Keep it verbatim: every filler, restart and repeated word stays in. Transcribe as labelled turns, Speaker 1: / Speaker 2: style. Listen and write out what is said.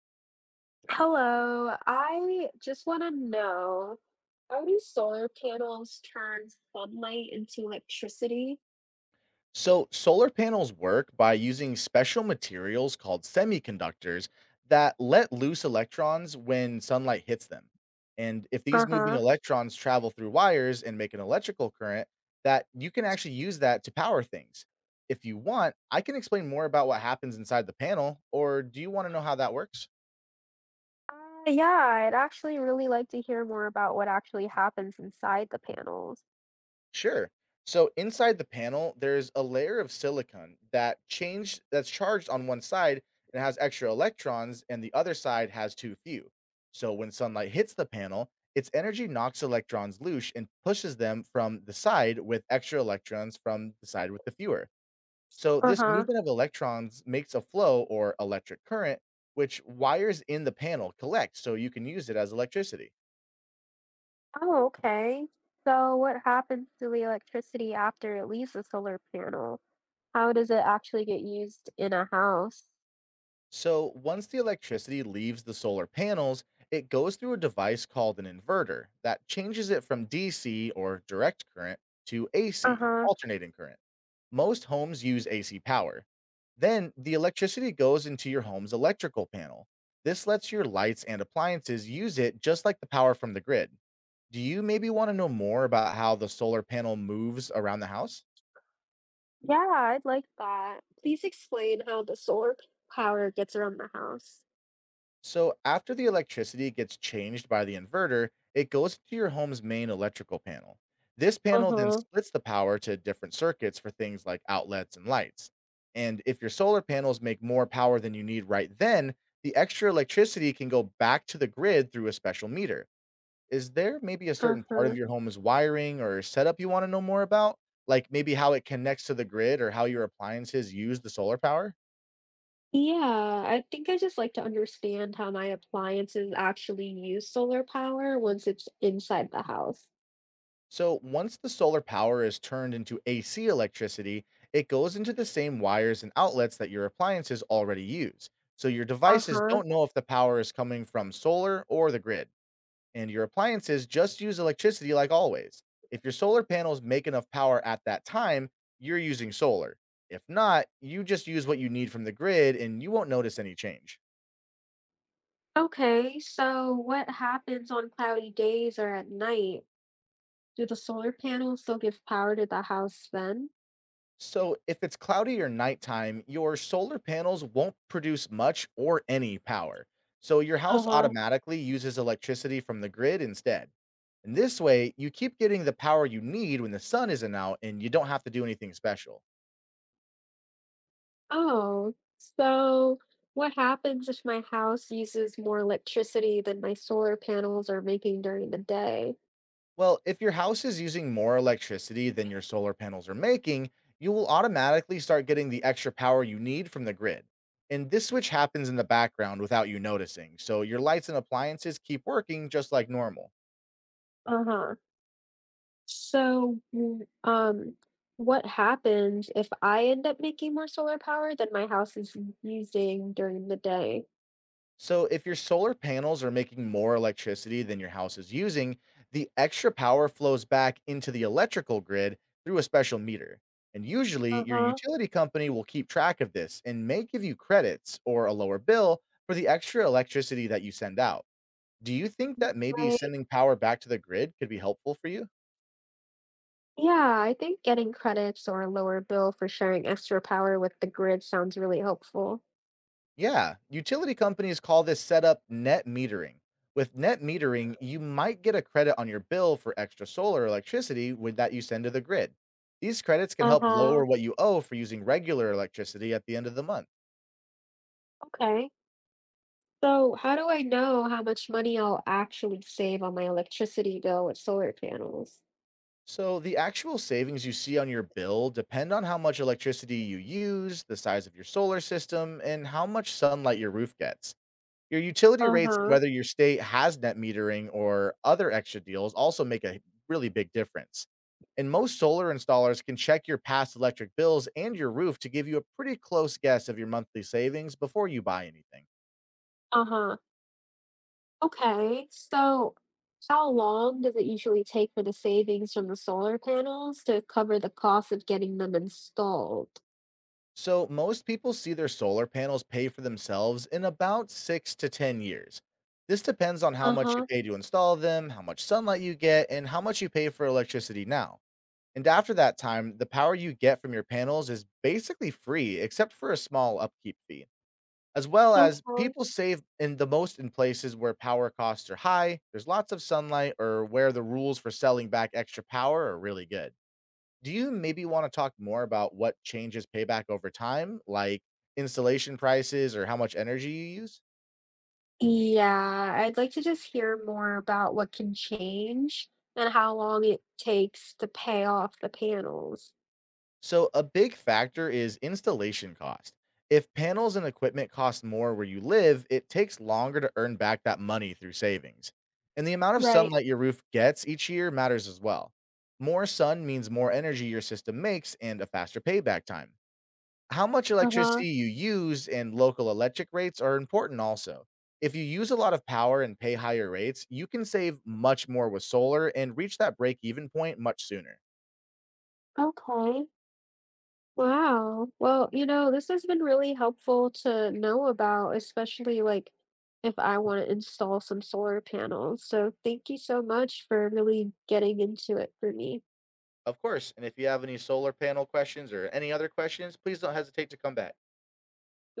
Speaker 1: Hello, I just want to know how do solar panels turn sunlight into electricity?
Speaker 2: So, solar panels work by using special materials called semiconductors that let loose electrons when sunlight hits them. And if these moving
Speaker 1: Uh-huh.
Speaker 2: electrons travel through wires and make an electrical current, that you can actually use that to power things. If you want, I can explain more about what happens inside the panel, or do you want to know how that works?
Speaker 1: Uh, yeah, I'd actually really like to hear more about what actually happens inside the panels.
Speaker 2: Sure. So inside the panel, there's a layer of silicon that changed that's charged on one side and has extra electrons, and the other side has too few. So when sunlight hits the panel, its energy knocks electrons loose and pushes them from the side with extra electrons from the side with the fewer. So this
Speaker 1: Uh-huh.
Speaker 2: movement of electrons makes a flow or electric current, which wires in the panel collect so you can use it as electricity.
Speaker 1: Oh, okay. So what happens to the electricity after it leaves the solar panel? How does it actually get used in a house?
Speaker 2: So, once the electricity leaves the solar panels, it goes through a device called an inverter that changes it from D C or direct current to A C,
Speaker 1: Uh-huh.
Speaker 2: alternating current. Most homes use A C power. Then the electricity goes into your home's electrical panel. This lets your lights and appliances use it just like the power from the grid. Do you maybe want to know more about how the solar panel moves around the house?
Speaker 1: Yeah, I'd like that. Please explain how the solar power gets around the house.
Speaker 2: So, after the electricity gets changed by the inverter, it goes to your home's main electrical panel. This panel then
Speaker 1: Uh-huh.
Speaker 2: splits the power to different circuits for things like outlets and lights. And if your solar panels make more power than you need right then, the extra electricity can go back to the grid through a special meter. Is there maybe a certain part of
Speaker 1: Uh-huh.
Speaker 2: your home's wiring or setup you want to know more about? Like maybe how it connects to the grid or how your appliances use the solar power?
Speaker 1: Yeah, I think I just like to understand how my appliances actually use solar power once it's inside the house.
Speaker 2: So once the solar power is turned into A C electricity, it goes into the same wires and outlets that your appliances already use. So your devices
Speaker 1: Uh-huh.
Speaker 2: don't know if the power is coming from solar or the grid, and your appliances just use electricity like always. If your solar panels make enough power at that time, you're using solar. If not, you just use what you need from the grid and you won't notice any change.
Speaker 1: Okay, so what happens on cloudy days or at night? Do the solar panels still give power to the house then?
Speaker 2: So, if it's cloudy or nighttime, your solar panels won't produce much or any power. So, your house
Speaker 1: Uh-huh.
Speaker 2: automatically uses electricity from the grid instead. And this way, you keep getting the power you need when the sun isn't out and you don't have to do anything special.
Speaker 1: Oh, so what happens if my house uses more electricity than my solar panels are making during the day?
Speaker 2: Well, if your house is using more electricity than your solar panels are making, you will automatically start getting the extra power you need from the grid. And this switch happens in the background without you noticing. So, your lights and appliances keep working just like normal.
Speaker 1: Uh-huh. So, w um, what happens if I end up making more solar power than my house is using during the day?
Speaker 2: So, if your solar panels are making more electricity than your house is using, the extra power flows back into the electrical grid through a special meter. And usually, your
Speaker 1: Uh-huh.
Speaker 2: utility company will keep track of this and may give you credits or a lower bill for the extra electricity that you send out. Do you think that maybe
Speaker 1: Right.
Speaker 2: sending power back to the grid could be helpful for you?
Speaker 1: Yeah, I think getting credits or a lower bill for sharing extra power with the grid sounds really helpful.
Speaker 2: Yeah, utility companies call this setup net metering. With net metering, you might get a credit on your bill for extra solar electricity with that you send to the grid. These credits can help
Speaker 1: Uh-huh.
Speaker 2: lower what you owe for using regular electricity at the end of the month.
Speaker 1: Okay. So how do I know how much money I'll actually save on my electricity bill with solar panels?
Speaker 2: So the actual savings you see on your bill depend on how much electricity you use, the size of your solar system, and how much sunlight your roof gets. Your utility rates and
Speaker 1: Uh-huh.
Speaker 2: whether your state has net metering or other extra deals also make a really big difference. And most solar installers can check your past electric bills and your roof to give you a pretty close guess of your monthly savings before you buy anything.
Speaker 1: Uh-huh. Okay. So how long does it usually take for the savings from the solar panels to cover the cost of getting them installed?
Speaker 2: So, most people see their solar panels pay for themselves in about six to ten years. This depends on how much you
Speaker 1: Uh-huh.
Speaker 2: pay to install them, how much sunlight you get, and how much you pay for electricity now. And after that time, the power you get from your panels is basically free, except for a small upkeep fee. As well as
Speaker 1: Okay.
Speaker 2: people save in the most in places where power costs are high, there's lots of sunlight, or where the rules for selling back extra power are really good. Do you maybe want to talk more about what changes payback over time, like installation prices or how much energy you use?
Speaker 1: Yeah, I'd like to just hear more about what can change and how long it takes to pay off the panels.
Speaker 2: So, a big factor is installation cost. If panels and equipment cost more where you live, it takes longer to earn back that money through savings. And the amount of
Speaker 1: Right.
Speaker 2: sunlight your roof gets each year matters as well. More sun means more energy your system makes and a faster payback time. How much
Speaker 1: Uh-huh.
Speaker 2: electricity you use and local electric rates are important also. If you use a lot of power and pay higher rates, you can save much more with solar and reach that break even point much sooner.
Speaker 1: Okay. Wow. Well, you know, this has been really helpful to know about, especially like if I want to install some solar panels. So thank you so much for really getting into it for me.
Speaker 2: Of course, and if you have any solar panel questions or any other questions, please don't hesitate to come back.